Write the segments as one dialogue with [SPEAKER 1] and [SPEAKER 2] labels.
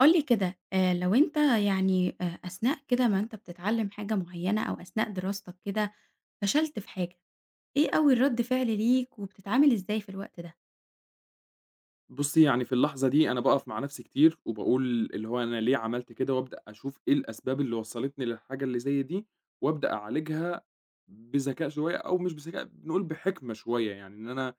[SPEAKER 1] قُل لي كده، لو أنت أثناء كده ما أنت بتتعلّم حاجة معيّنة أو أثناء دراستك كده فشلت في حاجة، إيه أول رَد فعل ليك وبتتعامل إزاي في الوقت ده؟
[SPEAKER 2] بُصّي، يعني في اللحظة دي أنا باقف مع نفسي كتير، وباقول اللي هو أنا ليه عملت كده، وأبدأ أشوف إيه الأسباب اللي وصّلتني للحاجة اللي زي دي، وأبدأ أعالجها بذكاء شوية أو مش بذكاء، نقول بحِكمة شوية، يعني إن أنا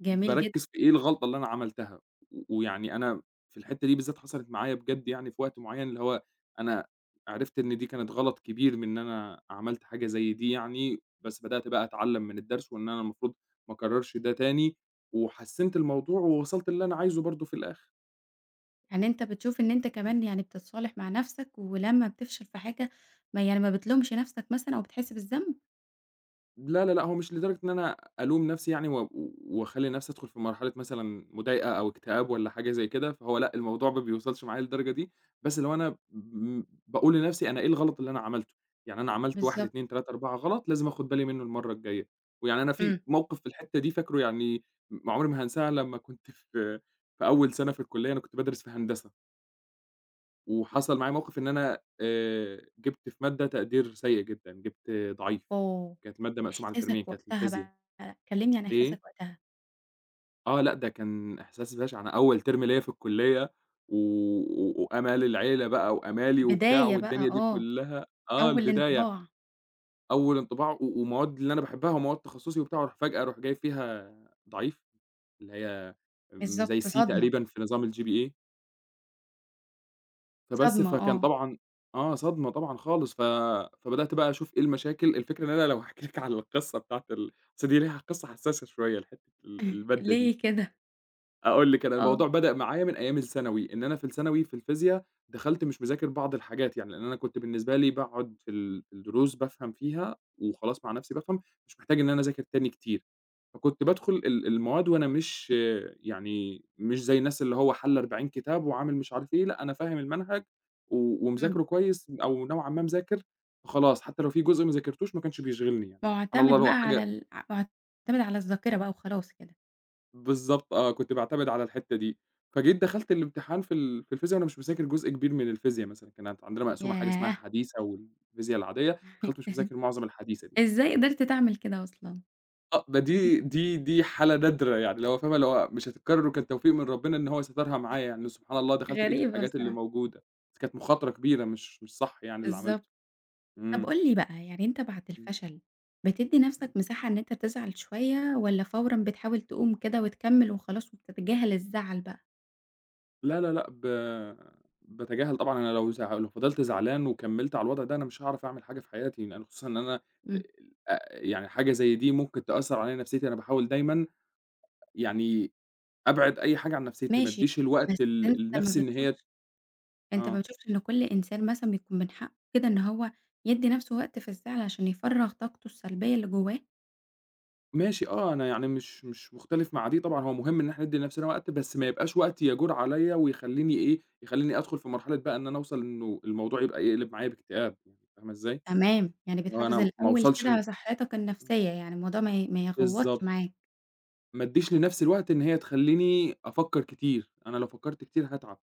[SPEAKER 1] جميل جدًا.
[SPEAKER 2] باركّز في إيه الغلطة اللي أنا عملتها، ويعني أنا في الحتّة دي بالذات حصلت معايا بجد يعني في وقت معيّن، اللي هو أنا عرفت إن دي كانت غلط كبير من إن أنا عملت حاجة زي دي يعني، بس بدأت بقى أتعلّم من الدرس وإن أنا المفروض ما أكرّرش ده تاني، وحسّنت الموضوع ووصلت للي أنا عايزه برضه في الآخر.
[SPEAKER 1] يعني أنت بتشوف إن أنت كمان يعني بتتصالح مع نَفْسك ولمّا بتفشل في حاجة ما بتلومش نَفْسك مثلًا أو بتحس بالذنب؟
[SPEAKER 2] لا، لا، لأ، هو مش لدرجة إن أنا ألوم نَفْسي يعني واخلّي نَفْسي أدخل في مرحلة مثلًا مضايقة أو اكتئاب والّا حاجة زي كده، فهو لأ، الموضوع ما بيوصلش معايا للدرجة دي، بس اللي هو أنا باقول لنَفْسي أنا إيه الغلط اللي أنا عملته، يعني أنا عملت 1،
[SPEAKER 1] بالضبط.
[SPEAKER 2] 2، 3، 4 غلط لازم آخُد بالي منّه المرّة الجاية، ويعني أنا في
[SPEAKER 1] إمم.
[SPEAKER 2] موقِف في الحتّة دي فاكره يعني عمري ما هانساه لمّا كنت في أول سَنة في الكُلّية، أنا كنت بادرس في هندسة. وحصل معايا موقف إن أنا جِبت في مادة تقدير سيء جدًا، جِبت ضعيف،
[SPEAKER 1] أوه!
[SPEAKER 2] كانت المادة مقسومة على ترمين،
[SPEAKER 1] إحساسك
[SPEAKER 2] كانت
[SPEAKER 1] وقتها
[SPEAKER 2] الفيزيا.
[SPEAKER 1] بقى، كلّمني عن
[SPEAKER 2] إيه؟
[SPEAKER 1] إحساسك وقتها.
[SPEAKER 2] آه لأ، ده كان إحساس بشع، أنا أول ترم ليّا في الكلية و و وآمال العيلة بقى وآمالي وبتاع
[SPEAKER 1] البداية بقى
[SPEAKER 2] والدنيا دي
[SPEAKER 1] آه،
[SPEAKER 2] كلّها آه،
[SPEAKER 1] أول
[SPEAKER 2] البداية،
[SPEAKER 1] انطباع.
[SPEAKER 2] أول انطباع ومواد اللي أنا باحبها ومواد تخصُّصي وبتاع، وأروح فجأة أروح جايب فيها ضعيف، اللي هي
[SPEAKER 1] بالضبط
[SPEAKER 2] زي C
[SPEAKER 1] صدمة.
[SPEAKER 2] تقريبًا في نظام الGPA. فبس،
[SPEAKER 1] صدمة
[SPEAKER 2] فكان
[SPEAKER 1] آه.
[SPEAKER 2] طبعًا آه، صدمة طبعًا خالص، فبدأت بقى أشوف إيه المشاكل، الفكرة إن أنا لو هاحكي لِك على القصة بتاعة أصل دي ليها قصة حساسة شوية لحتة ال المادة دي،
[SPEAKER 1] ليه كده؟
[SPEAKER 2] أقول لِك أنا
[SPEAKER 1] آه.
[SPEAKER 2] الموضوع بدأ معايا من أيام الثانوي، إن أنا في الثانوي في الفيزيا دخلت مش مذاكر بعض الحاجات يعني، لأن أنا كنت بالنسبة لي باقعد في الدروس بافهم فيها وخلاص مع نفسي بافهم، مش محتاج إن أنا أذاكر تاني كتير. فكنت بادخل المواد وأنا مش يعني مش زي الناس اللي هو حَل 40 كتاب وعامل مش عارف إيه، لأ أنا فاهم المنهج و
[SPEAKER 1] إمم.
[SPEAKER 2] ومذاكره كويس أو نوعًا ما مذاكر، فخلاص حتى لو في جزء ما ذاكرتوش ما كانش بيشغلني يعني، سبحان الله
[SPEAKER 1] مُعتمد
[SPEAKER 2] اللي
[SPEAKER 1] بقى
[SPEAKER 2] هو حاجة
[SPEAKER 1] على ال ع مُعتمد على الذاكرة بقى وخلاص كده.
[SPEAKER 2] بالضبط آه، كنت باعتمد على الحتّة دي. فجيت دخلت الامتحان في الفيزيا وأنا مش مذاكر جزء كبير من الفيزيا مثلًا، كانت عندنا مقسومة حاجة اسمها
[SPEAKER 1] ياه!
[SPEAKER 2] حديثة والفيزيا العادية، دخلت مش مذاكر معظم الحديثة دي.
[SPEAKER 1] إزاي قدرت تعمل كده أصلًا؟
[SPEAKER 2] آه، ما دي حالة نادرة يعني، اللي هو فاهمة، اللي هو مش هتتكرر وكان توفيق من ربنا إن هو سترها معايا يعني، إنه سبحان الله دخلت لقيت
[SPEAKER 1] غريبة
[SPEAKER 2] الحاجات اللي
[SPEAKER 1] بصراحة.
[SPEAKER 2] موجودة، بس كانت مخاطرة كبيرة مش صح يعني اللي
[SPEAKER 1] بالضبط.
[SPEAKER 2] عملته،
[SPEAKER 1] طب
[SPEAKER 2] إمم،
[SPEAKER 1] قُل لي بقى، يعني أنت بعد
[SPEAKER 2] إمم،
[SPEAKER 1] الفشل بتدّي نَفْسك
[SPEAKER 2] إمم.
[SPEAKER 1] مساحة إن أنت تزعل شوية والّا فورًا بتحاول تقوم كده وتكمّل وخلاص وبتتجاهل الزعل بقى؟
[SPEAKER 2] لا، لا، لأ، باتجاهل طبعًا أنا لو لو فضلت زعلان وكمّلت على الوضع ده أنا مش هاعرف أعمل حاجة في حياتي، لأن خصوصًا إن أنا
[SPEAKER 1] إمم.
[SPEAKER 2] يعني حاجة زي دي ممكن تأثّر عليَّ نفسيتي، أنا باحاول دايمًا يعني أبعد أي حاجة عن نفسيتي، ما
[SPEAKER 1] ماشي،
[SPEAKER 2] ادّيش
[SPEAKER 1] بس
[SPEAKER 2] الوقت ل
[SPEAKER 1] أنت ما
[SPEAKER 2] لنفسي إن هي
[SPEAKER 1] بتشوفش أنت ما
[SPEAKER 2] آه.
[SPEAKER 1] بتشوفش إن كل إنسان مثلًا بيكون من حقّه كده إن هو يدّي نَفْسه وقت في الزعل عشان يفرّغ طاقته السلبية اللي جوّاه؟
[SPEAKER 2] ماشي آه، أنا يعني مش مختلف مع دي طبعًا، هو مهم إن إحنا ندّي لنفسنا وقت، بس ما يبقاش وقت يجور عليّا ويخلّيني إيه، يخلّيني أدخل في مرحلة بقى إن أنا أوصل إنه الموضوع يبقى يقلب معايا باكتئاب، يعني فاهمة إزاي؟
[SPEAKER 1] تمام، يعني
[SPEAKER 2] اللي هو
[SPEAKER 1] بتحافظ
[SPEAKER 2] أنا ما
[SPEAKER 1] الأول
[SPEAKER 2] أوصلش
[SPEAKER 1] كده على صحتك النفسية، يعني الموضوع ما يغوّطش
[SPEAKER 2] بالضبط،
[SPEAKER 1] معاك.
[SPEAKER 2] ما أدّيش لنفسي الوقت إن هي تخلّيني أفكّر كتير، أنا لو فكّرت كتير هاتعب،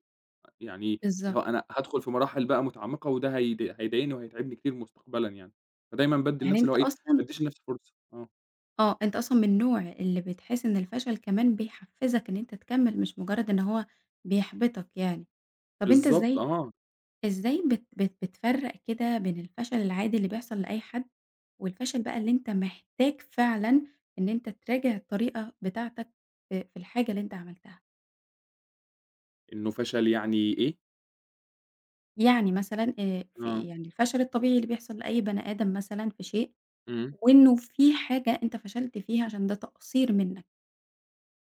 [SPEAKER 2] يعني
[SPEAKER 1] بالضبط.
[SPEAKER 2] اللي هو أنا هادخل في مراحل بقى متعمّقة وده هيضايقني وهيتعبني كتير مستقبلًا يعني، فدايمًا بادّي
[SPEAKER 1] يعني
[SPEAKER 2] لنفسي اللي
[SPEAKER 1] أنت
[SPEAKER 2] هو إيه، ما
[SPEAKER 1] أصلًا
[SPEAKER 2] أدّيش لنفسي فرصة، آه،
[SPEAKER 1] آه، أنت أصلًا من النوع اللي بتحس إن الفشل كمان بيحفّزك إن أنت تكمّل، مش مجرّد إن هو بيحبطك يعني. طَب أنت
[SPEAKER 2] بالضبط
[SPEAKER 1] إزاي
[SPEAKER 2] آه،
[SPEAKER 1] إزاي بت بت بتفرّق كده بين الفشل العادي اللي بيحصل لأي حد، والفشل بقى اللي أنت محتاج فعلًا إن أنت تراجع الطريقة بتاعتك في الحاجة اللي أنت عملتها،
[SPEAKER 2] إنه فشل يعني إيه
[SPEAKER 1] يعني مثلًا في
[SPEAKER 2] آه،
[SPEAKER 1] يعني الفشل الطبيعي اللي بيحصل لأي بني آدم مثلًا في شيء
[SPEAKER 2] إمم.
[SPEAKER 1] وإنه في حاجة أنت فشلت فيها عشان ده تقصير منّك.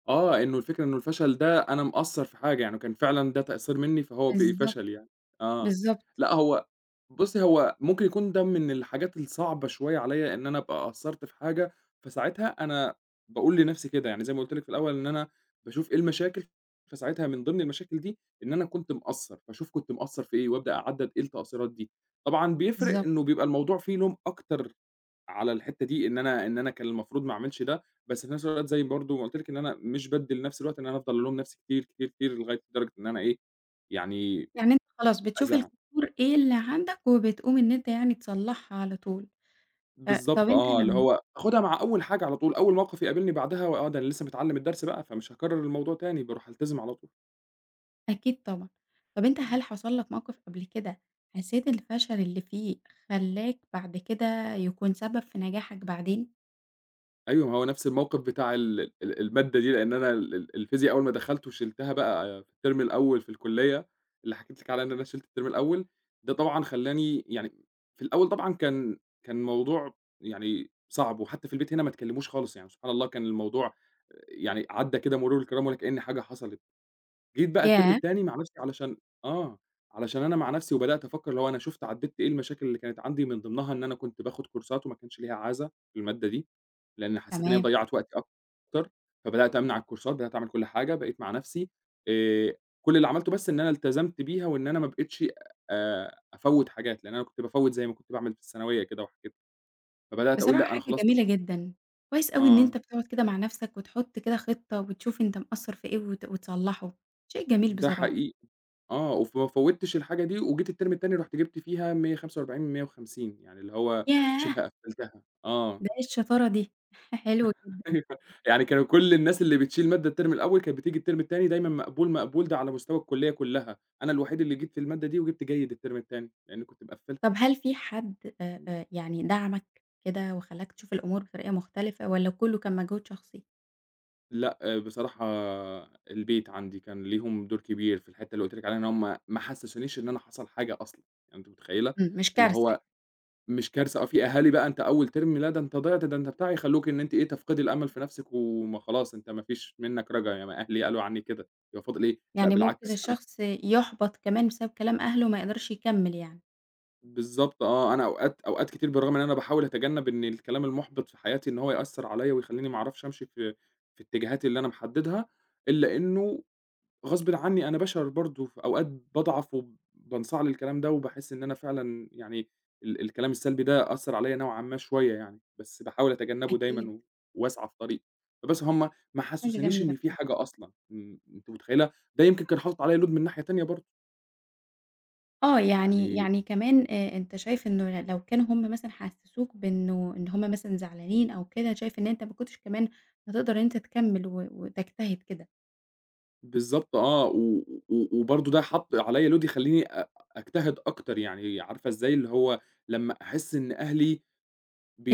[SPEAKER 2] آه، إنه الفكرة إنه الفشل ده أنا مقصّر في حاجة، يعني كان فعلًا ده تقصير منّي فهو بقي
[SPEAKER 1] بالضبط.
[SPEAKER 2] فشل يعني، آه.
[SPEAKER 1] بالضبط.
[SPEAKER 2] لأ بُصّي، هو ممكن يكون ده من الحاجات الصعبة شوية عليّا إن أنا أبقى قصّرت في حاجة، فساعتها أنا باقول لنَفْسي كده، يعني زي ما قُلت لِك في الأول إن أنا باشوف إيه المشاكل، فساعتها من ضمن المشاكل دي إن أنا كنت مقصّر، فاشوف كنت مقصّر في إيه وابدأ أعدّد إيه التقصيرات دي. طبعًا بيفرق
[SPEAKER 1] بالضبط.
[SPEAKER 2] إنه بيبقى الموضوع فيه لوم أكتر على الحتّة دي، إن أنا كان المفروض ما أعملش ده، بس في نفس الوقت زي برضه ما قُلت لِك إن أنا مش بادّي لنفسي الوقت إن أنا أفضل ألوم نفسي كتير، كتير، كتير لغاية لدرجة إن أنا إيه، يعني
[SPEAKER 1] يعني أنت خلاص بتشوف
[SPEAKER 2] أزعّل.
[SPEAKER 1] القصور إيه اللي عندك وبتقوم إن أنت يعني تصلّحها على طول. ف طَب
[SPEAKER 2] بالضبط
[SPEAKER 1] أنت
[SPEAKER 2] آه، اللي
[SPEAKER 1] لمّا
[SPEAKER 2] هو آخُدها مع أول حاجة على طول، أول موقِف يقابلني بعدها و آه، ده أنا لسه متعلّم الدرس بقى، فمش هاكرّر الموضوع تاني، باروح ألتزم على طول.
[SPEAKER 1] أكيد طبعًا. طَب أنت
[SPEAKER 2] إمم.
[SPEAKER 1] هل حصل لك موقف قبل كده حسيت الفشل اللي فيه خلّاك بعد كده يكون سبب في نجاحك بعدين؟
[SPEAKER 2] أيوه، ما هو نفْس الموقِف بتاع ال ال المادة دي، لإن أنا ال ال الفيزيا أول ما دخلت وشِلتها بقى في الترم الأول في الكُلّية، اللي حكيت لِك عليها إن أنا شِلت الترم الأول، ده طبعًا خلّاني يعني في الأول طبعًا كان موضوع يعني صعب، وحتى في البيت هنا ما اتكلّموش خالص، يعني سبحان الله كان الموضوع يعني عدّى كده مرور الكرام ولا كإن حاجة حصلت. جيت بقى الترم
[SPEAKER 1] ياه!
[SPEAKER 2] التاني مع نفسي آه، علشان أنا مع نفسي وبدأت أفكّر اللي هو أنا شُفت عدّيت إيه المشاكل اللي كانت عندي، من ضمنها إن أنا كنت باخد كورسات وما كانش ليها عازة في المادة دي، لإن حسّيت إن هي
[SPEAKER 1] تمام.
[SPEAKER 2] ضيّعت وقتي أكتر، فبدأت أمنع الكورسات، بدأت أعمل كل حاجة، بقيت مع نفسي آآ، كل اللي عملته بس إن أنا التزمت بيها وإن أنا ما بقيتش أفوّت حاجات، لإن أنا كنت بافوّت زي ما كنت باعمل في الثانوية كده وحاجات، فبدأت أقول
[SPEAKER 1] بصراحة
[SPEAKER 2] لأ أنا
[SPEAKER 1] حاجة
[SPEAKER 2] خلاص مش
[SPEAKER 1] جميلة جدًا. كويس أوي إن أنت
[SPEAKER 2] آه.
[SPEAKER 1] بتقعد كده مع نَفْسك وتحُط كده خطة وتشوف أنت مقصّر في إيه وتصلّحه. شيء جميل
[SPEAKER 2] ده
[SPEAKER 1] بصراحة.
[SPEAKER 2] حقيقي. آه، وفما فوّتش الحاجة دي، وجيت الترم التاني رُحت جِبت فيها 145 من 150 يعني اللي هو
[SPEAKER 1] ياه!
[SPEAKER 2] شِبه قفّلتها، آه.
[SPEAKER 1] ده إيه الشطارة دي! حلو جدًا.
[SPEAKER 2] أيوه، يعني كانوا كل الناس اللي بتشيل مادة الترم الأول كانت بتيجي الترم التاني دايمًا مقبول، مقبول، ده على مستوى الكلية كلّها، أنا الوحيد اللي جِبت المادة دي وجِبت جيد الترم التاني، لإني كنت مقفّلها.
[SPEAKER 1] طب هل في حد يعني دعمك كده وخلّاك تشوف الأمور بطريقة مختلفة والّا كُلّه كان مجهود شخصي؟
[SPEAKER 2] لأ، آه، بصراحة البيت عندي كان ليهم دور كبير في الحتّة اللي قُلت لك عليها إن هم ما حسّسونيش إن أنا حصل حاجة أصلًا، يعني أنتِ متخيّلة؟
[SPEAKER 1] إمم، مش
[SPEAKER 2] اللي
[SPEAKER 1] كارثة
[SPEAKER 2] هو
[SPEAKER 1] يعني.
[SPEAKER 2] مش كارثة آه، في أهالي بقى أنت أول ترم لا ده أنت ضِعت، ده أنت بتاع، يخلّوكِ إن أنتِ إيه، تفقدي الأمل في نفسِك وما خلاص أنت ما فيش منّك رجا، ياما أهلي قالوا عنّي كده، يبقى فاضل إيه؟ لأ
[SPEAKER 1] يعني ممكن
[SPEAKER 2] بالعكس أنا
[SPEAKER 1] الشخص يُحبط كمان بسبب كلام أهله وما يقدرش يكمّل يعني.
[SPEAKER 2] بالضبط آه، أنا أوقات أوقات كتير بالرغم إن أنا باحاول أتجنّب إن الكلام المُحبِط في حياتي إن هو يأثّر عليّا ويخلّيني ما أعرفش أمشي في اتجاهاتي اللي أنا محددها، إلا إنه غصبٍ عني أنا بشر برضه، في أوقات باضعف وبانصاع للكلام ده، وباحس إن أنا فعلًا يعني الكلام السلبي ده أثّر عليَّ نوعًا ما شوية يعني، بس باحاول أتجنبه دايمًا
[SPEAKER 1] أكيد.
[SPEAKER 2] وأسعى في طريقي. فبس هم ما
[SPEAKER 1] حاجة
[SPEAKER 2] حسسونيش
[SPEAKER 1] جميلة
[SPEAKER 2] إن في
[SPEAKER 1] بصراحة.
[SPEAKER 2] حاجة أصلًا، إمم، أنتِ متخيلة؟ ده يمكن كان حاطط عليَّ load من ناحية تانية برضه،
[SPEAKER 1] آه، يعني
[SPEAKER 2] يعني
[SPEAKER 1] يعني كمان أنت شايف إنه لو كانوا هم مثلًا حسّسوك بإنه إن هم مثلًا زعلانين أو كده، شايف إن أنت ما كنتش كمان هتقدر إن أنت تكمّل وتجتهد كده.
[SPEAKER 2] بالضبط آه، و و وبرضه ده حَط عليَّ load يخلّيني أجتهد أكتر، يعني عارفة إزاي؟ اللي هو لمّا أحس إن أهلي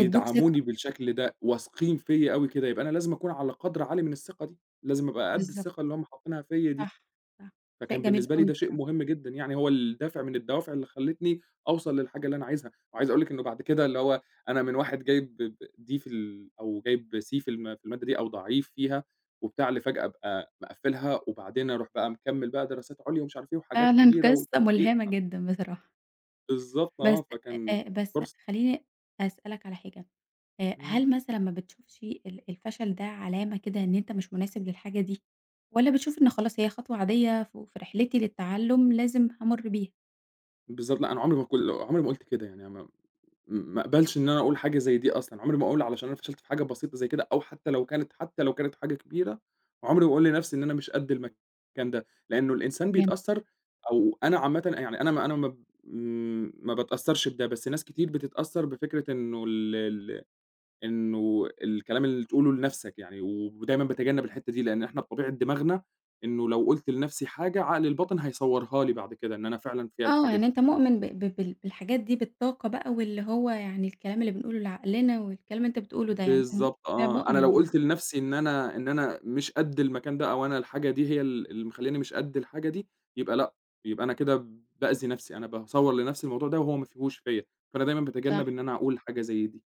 [SPEAKER 1] ادّوك ثقة.
[SPEAKER 2] بالشكل ده، واثقين فيّا أوي كده، يبقى أنا لازم أكون على قدْر عالي من الثقة دي، لازم أبقى قد
[SPEAKER 1] بالضبط.
[SPEAKER 2] الثقة اللي هُم حاطينها فيّا دي،
[SPEAKER 1] صح، صح. شيء
[SPEAKER 2] فكان
[SPEAKER 1] جميل
[SPEAKER 2] بالنسبة لي
[SPEAKER 1] أوي
[SPEAKER 2] ده شيء
[SPEAKER 1] بصراحة.
[SPEAKER 2] مهم جدًا يعني، هو الدافع من الدوافع اللي خلّتني أوصل للحاجة اللي أنا عايزها، وعايز أقول لِك إنه بعد كده اللي هو أنا من واحد جايب D في ال أو جايب C في المادة دي أو ضعيف فيها وبتاع، لفجأة أبقى مقفّلها وبعدين أروح بقى مكمّل بقى دراسات عُليا ومش عارف إيه وحاجات
[SPEAKER 1] فعلًا
[SPEAKER 2] كبيرة
[SPEAKER 1] قصة
[SPEAKER 2] وتحقيق
[SPEAKER 1] ملهمة جدًا بصراحة.
[SPEAKER 2] بالضبط
[SPEAKER 1] بس
[SPEAKER 2] آه،
[SPEAKER 1] أ
[SPEAKER 2] فكان
[SPEAKER 1] أ بس
[SPEAKER 2] كورس
[SPEAKER 1] خلّيني أسألك على حاجة،
[SPEAKER 2] إمم،
[SPEAKER 1] هل مثلًا ما بتشوفش الفشل ده علامة كده إن أنت مش مناسب للحاجة دي، والّا بتشوف إن خلاص هي خطوة عادية في رحلتي للتعلُّم لازم هامُر بيها؟
[SPEAKER 2] بالضبط، لأ أنا عمري ما كل عمري ما قُلت كده يعني ما اقبلش إن أنا أقول حاجة زي دي أصلًا، عمري ما أقول علشان أنا فشلت في حاجة بسيطة زي كده أو حتى لو كانت حاجة كبيرة، عمري ما أقول لنفْسي إن أنا مش قد المكان ده، لإنه الإنسان
[SPEAKER 1] جميل.
[SPEAKER 2] بيتأثّر أو أنا عامةً يعني أنا ما أنا ما ب م ما باتأثّرش بده، بس ناس كتير بتتأثّر بفكرة إنه ال ال إنه الكلام اللي تقوله لنفْسك يعني، ودايمًا باتجنّب الحتّة دي، لإن إحنا بطبيعة دماغنا إنه لو قُلت لنفْسي حاجة، عقل الباطن هيصوّرها لي بعد كده إن أنا فعلًا فيّا
[SPEAKER 1] آه،
[SPEAKER 2] الحاجة
[SPEAKER 1] يعني
[SPEAKER 2] دي.
[SPEAKER 1] أنت مؤمن ب ب بال بالحاجات دي، بالطاقة بقى واللي هو يعني الكلام اللي بنقوله لعقلنا والكلام اللي أنت بتقوله ده،
[SPEAKER 2] بالضبط
[SPEAKER 1] أنت
[SPEAKER 2] آه، أنا
[SPEAKER 1] مؤمن
[SPEAKER 2] لو
[SPEAKER 1] بيه.
[SPEAKER 2] قُلت لنَفْسي إن أنا مش قد المكان ده، أو أنا الحاجة دي هي اللي مخلّياني مش قد الحاجة دي، يبقى لأ، يبقى أنا كده بأذي نَفْسي، أنا باصوّر لنَفْسي الموضوع ده وهو ما فيهوش فيّا، فأنا دايمًا
[SPEAKER 1] صح.
[SPEAKER 2] باتجنّب إن أنا أقول حاجة زي دي.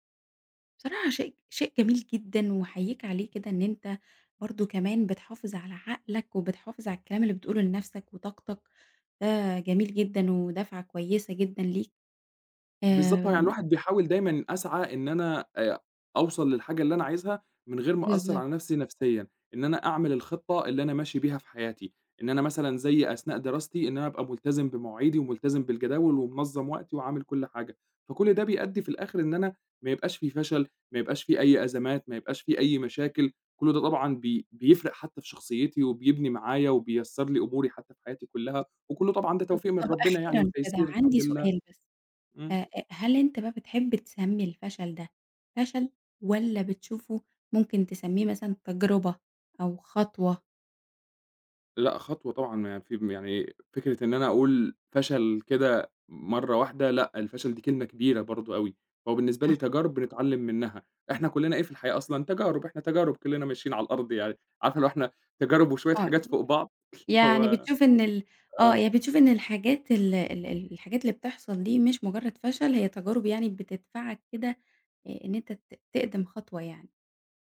[SPEAKER 1] بصراحة شيء جميل جدًا وأحييك عليه كده إن أنت برضه كمان بتحافظ على عقلك، وبتحافظ على الكلام اللي بتقوله لنفسك وطاقتك، ده جميل جدًا ودفعة كويسة جدًا ليك.
[SPEAKER 2] بالضبط، يعني
[SPEAKER 1] آمم.
[SPEAKER 2] الواحد بيحاول دايمًا أسعى إن أنا أوصل للحاجة اللي أنا عايزها من غير ما أأثّر
[SPEAKER 1] بالضبط.
[SPEAKER 2] على نفسي نفسيًا، إن أنا أعمل الخطة اللي أنا ماشي بيها في حياتي، إن أنا مثلًا زي أثناء دراستي إن أنا أبقى ملتزم بمواعيدي وملتزم بالجداول ومنظّم وقتي وعامل كل حاجة، فكل ده بيأدّي في الآخر إن أنا ما يبقاش في فشل، ما يبقاش في أي أزمات، ما يبقاش في أي مشاكل، كل ده طبعًا بيفرق حتى في شخصيتي وبيبني معايا وبييسّر لي أموري حتى في حياتي كلّها، وكلّه طبعًا ده
[SPEAKER 1] طب
[SPEAKER 2] توفيق من
[SPEAKER 1] طب
[SPEAKER 2] ربنا يعني
[SPEAKER 1] أخيرًا كده
[SPEAKER 2] وتيسير
[SPEAKER 1] عندي
[SPEAKER 2] الحمد لله،
[SPEAKER 1] سؤال بس، أ
[SPEAKER 2] إمم.
[SPEAKER 1] أ هل أنت بقى بتحب تسمّي الفشل ده فشل والّا بتشوفه ممكن تسميه مثلًا تجربة أو خطوة؟
[SPEAKER 2] لأ، خطوة طبعًا يعني في يعني فكرة إن أنا أقول فشل كده مرّة واحدة لأ، الفشل دي كلمة كبيرة برضه أوي، هو بالنسبة
[SPEAKER 1] صح.
[SPEAKER 2] لي تجارب بنتعلم منها، إحنا كلّنا إيه في الحياة أصلًا تجارب، إحنا تجارب كلّنا ماشيين على الأرض يعني، عارفة اللي هو إحنا تجارب وشوية
[SPEAKER 1] آه.
[SPEAKER 2] حاجات فوق بعض اللي
[SPEAKER 1] يعني
[SPEAKER 2] هو
[SPEAKER 1] بتشوف إن آه،
[SPEAKER 2] آه،
[SPEAKER 1] يعني بتشوف إن الحاجات ال ال ال الحاجات اللي بتحصل دي مش مجرد فشل، هي تجارب يعني بتدفعك كده إن أنت تقدم خطوة يعني.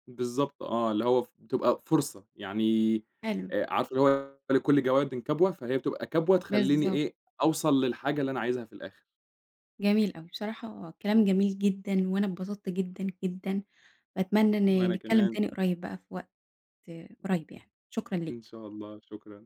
[SPEAKER 2] بالضبط آه، اللي هو ف بتبقى فرصة، يعني
[SPEAKER 1] حلو.
[SPEAKER 2] عارفة اللي هو لكل جواد كبوة، فهي بتبقى كبوة تخلّيني
[SPEAKER 1] بالضبط.
[SPEAKER 2] إيه، أوصل للحاجة اللي أنا عايزها في الآخر.
[SPEAKER 1] جميل أوي، بصراحة كلام
[SPEAKER 2] إمم،
[SPEAKER 1] جميل جدًا، وأنا اتبسطت جدًا، جدًا، باتمنى إن
[SPEAKER 2] وأنا
[SPEAKER 1] نتكلم
[SPEAKER 2] كمان،
[SPEAKER 1] تاني قريب بقى في وقت قريب يعني، شكرًا
[SPEAKER 2] إن
[SPEAKER 1] ليك.
[SPEAKER 2] شاء الله، شكرًا.